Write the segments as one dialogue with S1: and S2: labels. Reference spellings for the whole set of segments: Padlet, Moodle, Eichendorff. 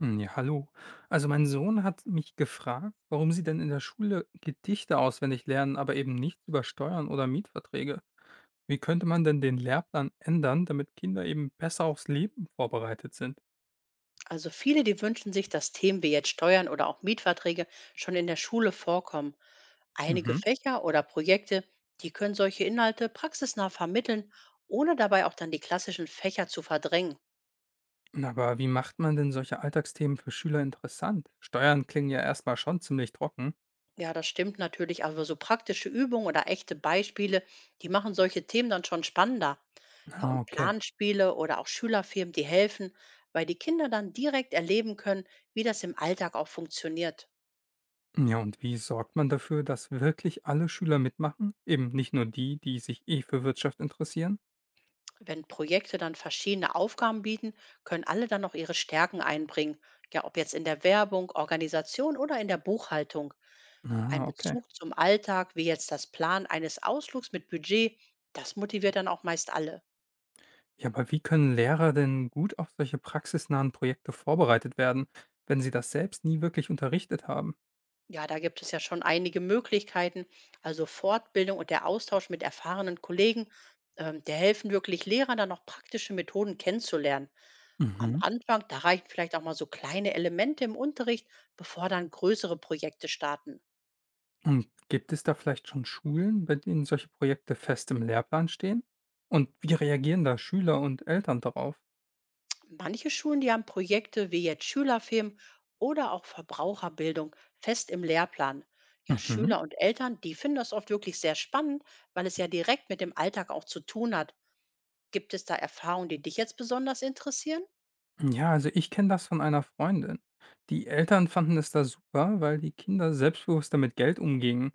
S1: Hm, ja, hallo. Also mein Sohn hat mich gefragt, warum sie denn in der Schule Gedichte auswendig lernen, aber eben nichts über Steuern oder Mietverträge. Wie könnte man denn den Lehrplan ändern, damit Kinder eben besser aufs Leben vorbereitet sind?
S2: Also viele, die wünschen sich, dass Themen wie jetzt Steuern oder auch Mietverträge schon in der Schule vorkommen. Einige
S1: Mhm.
S2: Fächer oder Projekte, die können solche Inhalte praxisnah vermitteln, ohne dabei auch dann die klassischen Fächer zu verdrängen.
S1: Aber wie macht man denn solche Alltagsthemen für Schüler interessant? Steuern klingen ja erstmal schon ziemlich trocken.
S2: Ja, das stimmt natürlich, aber so praktische Übungen oder echte Beispiele, die machen solche Themen dann schon spannender. Ja,
S1: Ah,
S2: und
S1: okay.
S2: Planspiele oder auch Schülerfirmen, die helfen, weil die Kinder dann direkt erleben können, wie das im Alltag auch funktioniert.
S1: Ja, und wie sorgt man dafür, dass wirklich alle Schüler mitmachen? Eben nicht nur die, die sich eh für Wirtschaft interessieren?
S2: Wenn Projekte dann verschiedene Aufgaben bieten, können alle dann noch ihre Stärken einbringen. Ja, ob jetzt in der Werbung, Organisation oder in der Buchhaltung. Ein
S1: Ah, okay.
S2: Bezug zum Alltag, wie jetzt das Plan eines Ausflugs mit Budget, das motiviert dann auch meist alle.
S1: Ja, aber wie können Lehrer denn gut auf solche praxisnahen Projekte vorbereitet werden, wenn sie das selbst nie wirklich unterrichtet haben?
S2: Ja, da gibt es ja schon einige Möglichkeiten. Also Fortbildung und der Austausch mit erfahrenen Kollegen, der helfen wirklich Lehrern dann auch praktische Methoden kennenzulernen. Am
S1: Mhm.
S2: Anfang, da reichen vielleicht auch mal so kleine Elemente im Unterricht, bevor dann größere Projekte starten.
S1: Und gibt es da vielleicht schon Schulen, bei denen solche Projekte fest im Lehrplan stehen? Und wie reagieren da Schüler und Eltern darauf?
S2: Manche Schulen, die haben Projekte wie jetzt Schülerfilm oder auch Verbraucherbildung fest im Lehrplan. Ja,
S1: Mhm.
S2: Schüler und Eltern, die finden das oft wirklich sehr spannend, weil es ja direkt mit dem Alltag auch zu tun hat. Gibt es da Erfahrungen, die dich jetzt besonders interessieren?
S1: Ja, also ich kenne das von einer Freundin. Die Eltern fanden es da super, weil die Kinder selbstbewusster mit Geld umgingen.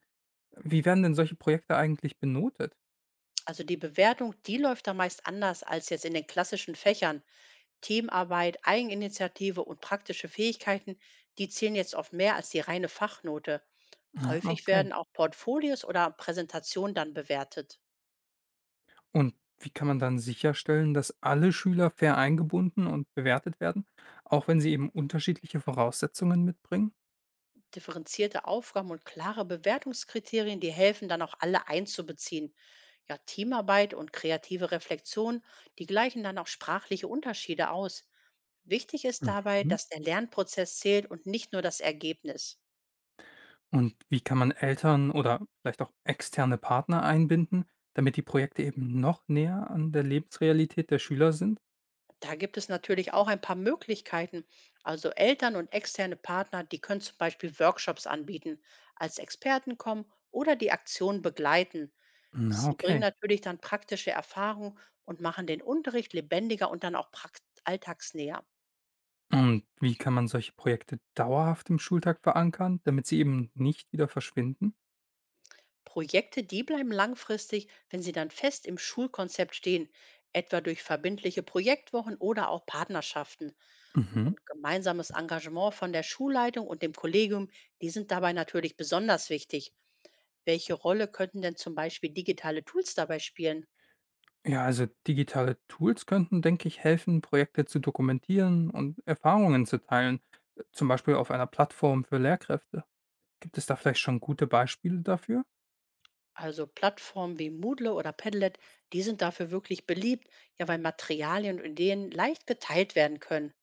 S1: Wie werden denn solche Projekte eigentlich benotet?
S2: Also die Bewertung, die läuft da meist anders als jetzt in den klassischen Fächern. Teamarbeit, Eigeninitiative und praktische Fähigkeiten, die zählen jetzt oft mehr als die reine Fachnote.
S1: Ja.
S2: Häufig
S1: Okay.
S2: werden auch Portfolios oder Präsentationen dann bewertet.
S1: Und wie kann man dann sicherstellen, dass alle Schüler fair eingebunden und bewertet werden, auch wenn sie eben unterschiedliche Voraussetzungen mitbringen?
S2: Differenzierte Aufgaben und klare Bewertungskriterien, die helfen dann auch alle einzubeziehen. Ja, Teamarbeit und kreative Reflexion, die gleichen dann auch sprachliche Unterschiede aus. Wichtig ist dabei,
S1: Mhm.
S2: dass der Lernprozess zählt und nicht nur das Ergebnis.
S1: Und wie kann man Eltern oder vielleicht auch externe Partner einbinden, damit die Projekte eben noch näher an der Lebensrealität der Schüler sind?
S2: Da gibt es natürlich auch ein paar Möglichkeiten. Also Eltern und externe Partner, die können zum Beispiel Workshops anbieten, als Experten kommen oder die Aktion begleiten.
S1: Na,
S2: Sie bringen
S1: okay.
S2: natürlich dann praktische Erfahrung und machen den Unterricht lebendiger und dann auch alltagsnäher.
S1: Und wie kann man solche Projekte dauerhaft im Schultag verankern, damit sie eben nicht wieder verschwinden?
S2: Projekte, die bleiben langfristig, wenn sie dann fest im Schulkonzept stehen, etwa durch verbindliche Projektwochen oder auch Partnerschaften.
S1: Mhm.
S2: Und gemeinsames Engagement von der Schulleitung und dem Kollegium, die sind dabei natürlich besonders wichtig. Welche Rolle könnten denn zum Beispiel digitale Tools dabei spielen?
S1: Ja, also digitale Tools könnten, denke ich, helfen, Projekte zu dokumentieren und Erfahrungen zu teilen, zum Beispiel auf einer Plattform für Lehrkräfte. Gibt es da vielleicht schon gute Beispiele dafür?
S2: Also Plattformen wie Moodle oder Padlet, die sind dafür wirklich beliebt, ja, weil Materialien und Ideen leicht geteilt werden können.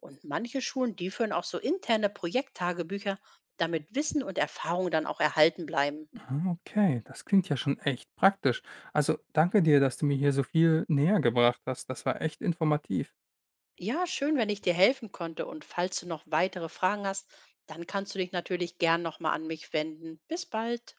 S2: Und manche Schulen, die führen auch so interne Projekttagebücher, damit Wissen und Erfahrung dann auch erhalten bleiben.
S1: Ah, okay, das klingt ja schon echt praktisch. Also danke dir, dass du mir hier so viel näher gebracht hast. Das war echt informativ.
S2: Ja, schön, wenn ich dir helfen konnte. Und falls du noch weitere Fragen hast, dann kannst du dich natürlich gern nochmal an mich wenden. Bis bald.